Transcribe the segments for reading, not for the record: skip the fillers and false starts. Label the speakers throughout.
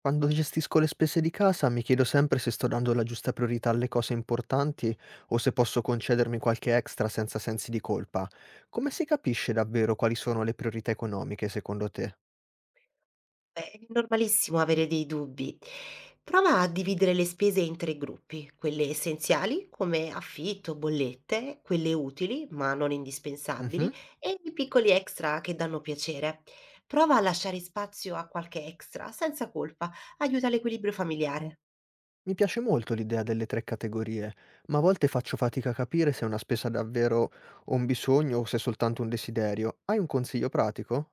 Speaker 1: Quando gestisco le spese di casa mi chiedo sempre se sto dando la giusta priorità alle cose importanti o se posso concedermi qualche extra senza sensi di colpa. Come si capisce davvero quali sono le priorità economiche secondo te?
Speaker 2: Beh, è normalissimo avere dei dubbi. Prova a dividere le spese in tre gruppi, quelle essenziali come affitto, bollette, quelle utili ma non
Speaker 1: Mhm.
Speaker 2: indispensabili e i piccoli extra che danno piacere. Prova a lasciare spazio a qualche extra senza colpa, aiuta l'equilibrio familiare.
Speaker 1: Mi piace molto l'idea delle tre categorie, ma a volte faccio fatica a capire se è una spesa davvero un bisogno o se è soltanto un desiderio. Hai un consiglio pratico?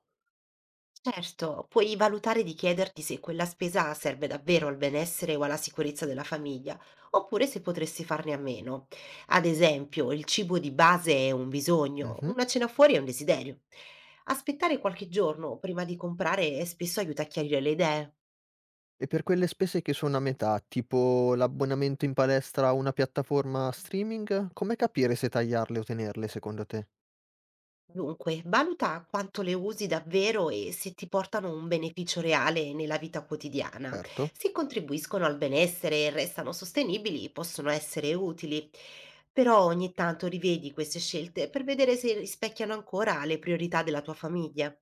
Speaker 2: Certo, puoi valutare di chiederti se quella spesa serve davvero al benessere o alla sicurezza della famiglia, oppure se potresti farne a meno. Ad esempio, il cibo di base è un bisogno,
Speaker 1: Mhm.
Speaker 2: una cena fuori è un desiderio. Aspettare qualche giorno prima di comprare spesso aiuta a chiarire le idee.
Speaker 1: E per quelle spese che sono a metà, tipo l'abbonamento in palestra a una piattaforma streaming, come capire se tagliarle o tenerle secondo te?
Speaker 2: Dunque, valuta quanto le usi davvero e se ti portano un beneficio reale nella vita quotidiana.
Speaker 1: Certo.
Speaker 2: Se contribuiscono al benessere e restano sostenibili, possono essere utili. Però ogni tanto rivedi queste scelte per vedere se rispecchiano ancora le priorità della tua famiglia.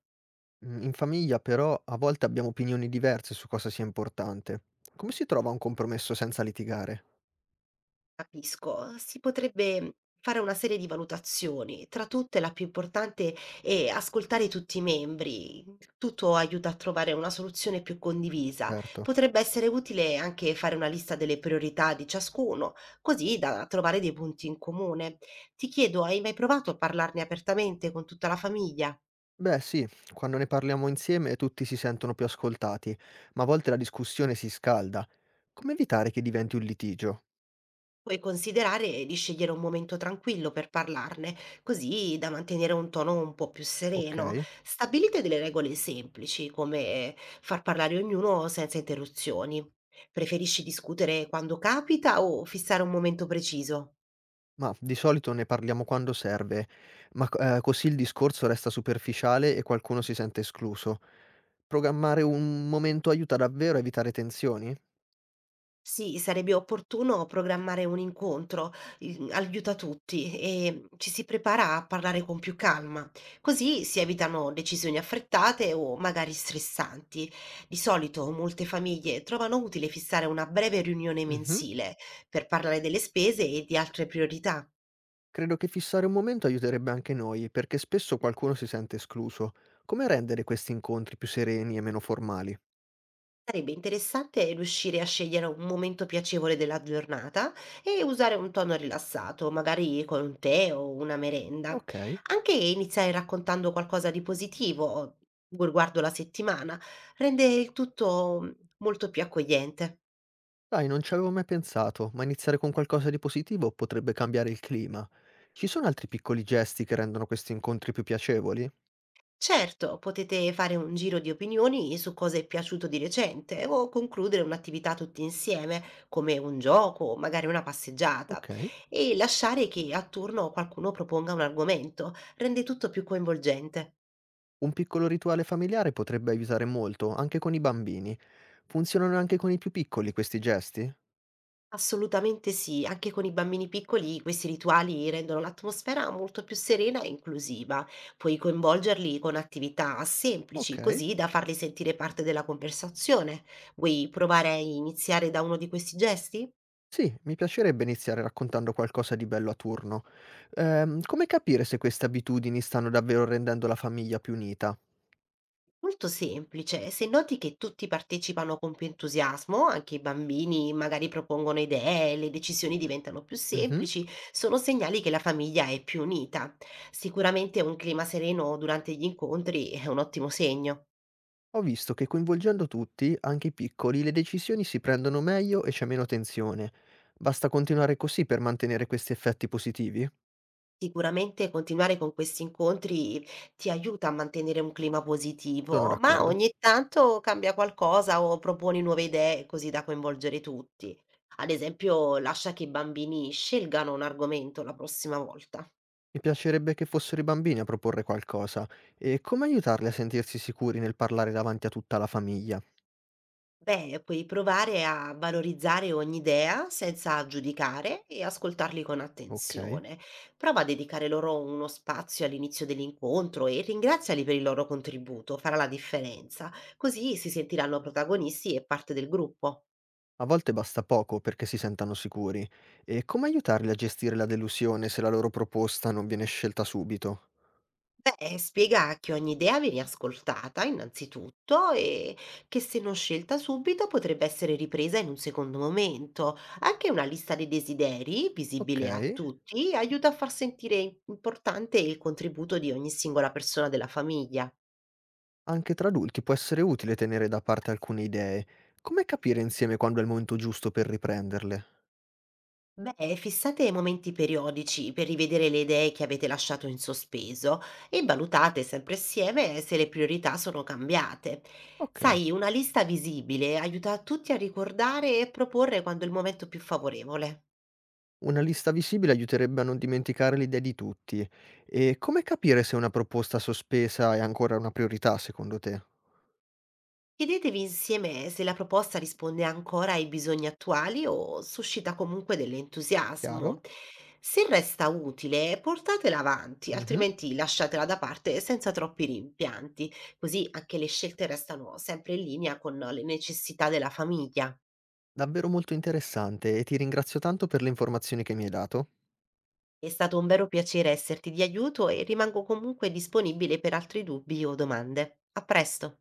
Speaker 1: Mm, in famiglia però a volte abbiamo opinioni diverse su cosa sia importante. Come si trova un compromesso senza litigare?
Speaker 2: Capisco. Si potrebbe fare una serie di valutazioni, tra tutte la più importante è ascoltare tutti i membri. Tutto aiuta a trovare una soluzione più condivisa.
Speaker 1: Certo.
Speaker 2: Potrebbe essere utile anche fare una lista delle priorità di ciascuno, così da trovare dei punti in comune. Ti chiedo, hai mai provato a parlarne apertamente con tutta la famiglia?
Speaker 1: Beh sì, quando ne parliamo insieme tutti si sentono più ascoltati, ma a volte la discussione si scalda. Come evitare che diventi un litigio?
Speaker 2: Puoi considerare di scegliere un momento tranquillo per parlarne, così da mantenere un tono un po' più sereno.
Speaker 1: Ok.
Speaker 2: Stabilite delle regole semplici, come far parlare ognuno senza interruzioni. Preferisci discutere quando capita o fissare un momento preciso?
Speaker 1: Mah, di solito ne parliamo quando serve, ma c così il discorso resta superficiale e qualcuno si sente escluso. Programmare un momento aiuta davvero a evitare tensioni?
Speaker 2: Sì, sarebbe opportuno programmare un incontro, aiuta tutti e ci si prepara a parlare con più calma, così si evitano decisioni affrettate o magari stressanti. Di solito molte famiglie trovano utile fissare una breve riunione
Speaker 1: Mh-mh.
Speaker 2: mensile per parlare delle spese e di altre priorità.
Speaker 1: Credo che fissare un momento aiuterebbe anche noi, perché spesso qualcuno si sente escluso. Come rendere questi incontri più sereni e meno formali?
Speaker 2: Sarebbe interessante riuscire a scegliere un momento piacevole della giornata e usare un tono rilassato, magari con un tè o una merenda.
Speaker 1: Okay.
Speaker 2: Anche iniziare raccontando qualcosa di positivo riguardo la settimana rende il tutto molto più accogliente.
Speaker 1: Dai, non ci avevo mai pensato, ma iniziare con qualcosa di positivo potrebbe cambiare il clima. Ci sono altri piccoli gesti che rendono questi incontri più piacevoli?
Speaker 2: Certo, potete fare un giro di opinioni su cosa è piaciuto di recente o concludere un'attività tutti insieme, come un gioco o magari una passeggiata,
Speaker 1: Okay.
Speaker 2: e lasciare che a turno qualcuno proponga un argomento, rende tutto più coinvolgente.
Speaker 1: Un piccolo rituale familiare potrebbe aiutare molto, anche con i bambini. Funzionano anche con i più piccoli questi gesti?
Speaker 2: Assolutamente sì, anche con i bambini piccoli questi rituali rendono l'atmosfera molto più serena e inclusiva. Puoi coinvolgerli con attività
Speaker 1: Ok.
Speaker 2: semplici, così da farli sentire parte della conversazione. Vuoi provare a iniziare da uno di questi gesti?
Speaker 1: Sì, mi piacerebbe iniziare raccontando qualcosa di bello a turno. Come capire se queste abitudini stanno davvero rendendo la famiglia più unita?
Speaker 2: Molto semplice, se noti che tutti partecipano con più entusiasmo, anche i bambini magari propongono idee, le decisioni diventano più
Speaker 1: Mhm.
Speaker 2: semplici, sono segnali che la famiglia è più unita. Sicuramente un clima sereno durante gli incontri è un ottimo segno.
Speaker 1: Ho visto che coinvolgendo tutti, anche i piccoli, le decisioni si prendono meglio e c'è meno tensione. Basta continuare così per mantenere questi effetti positivi?
Speaker 2: Sicuramente continuare con questi incontri ti aiuta a mantenere un clima
Speaker 1: Sono
Speaker 2: positivo, ma
Speaker 1: d'accordo.
Speaker 2: ogni tanto cambia qualcosa o proponi nuove idee così da coinvolgere tutti. Ad esempio, lascia che i bambini scelgano un argomento la prossima volta.
Speaker 1: Mi piacerebbe che fossero i bambini a proporre qualcosa. E come aiutarli a sentirsi sicuri nel parlare davanti a tutta la famiglia?
Speaker 2: Beh, puoi provare a valorizzare ogni idea senza giudicare e ascoltarli con
Speaker 1: Ok.
Speaker 2: attenzione. Prova a dedicare loro uno spazio all'inizio dell'incontro e ringraziali per il loro contributo, farà la differenza. Così si sentiranno protagonisti e parte del gruppo.
Speaker 1: A volte basta poco perché si sentano sicuri. E come aiutarli a gestire la delusione se la loro proposta non viene scelta subito?
Speaker 2: Beh, spiega che ogni idea viene ascoltata innanzitutto e che se non scelta subito potrebbe essere ripresa in un secondo momento. Anche una lista dei desideri,
Speaker 1: Ok.
Speaker 2: visibile a tutti, aiuta a far sentire importante il contributo di ogni singola persona della famiglia.
Speaker 1: Anche tra adulti può essere utile tenere da parte alcune idee. Come capire insieme quando è il momento giusto per riprenderle?
Speaker 2: Beh, fissate momenti periodici per rivedere le idee che avete lasciato in sospeso e valutate sempre assieme se le priorità sono cambiate.
Speaker 1: Ok.
Speaker 2: Sai, una lista visibile aiuta tutti a ricordare e proporre quando è il momento più favorevole.
Speaker 1: Una lista visibile aiuterebbe a non dimenticare le idee di tutti. E come capire se una proposta sospesa è ancora una priorità secondo te?
Speaker 2: Chiedetevi insieme se la proposta risponde ancora ai bisogni attuali o suscita comunque
Speaker 1: Chiaro?
Speaker 2: dell'entusiasmo. Se resta utile, portatela avanti,
Speaker 1: Mhm.
Speaker 2: altrimenti lasciatela da parte senza troppi rimpianti, così anche le scelte restano sempre in linea con le necessità della famiglia.
Speaker 1: Davvero molto interessante e ti ringrazio tanto per le informazioni che mi hai dato.
Speaker 2: È stato un vero piacere esserti di aiuto e rimango comunque disponibile per altri dubbi o domande. A presto!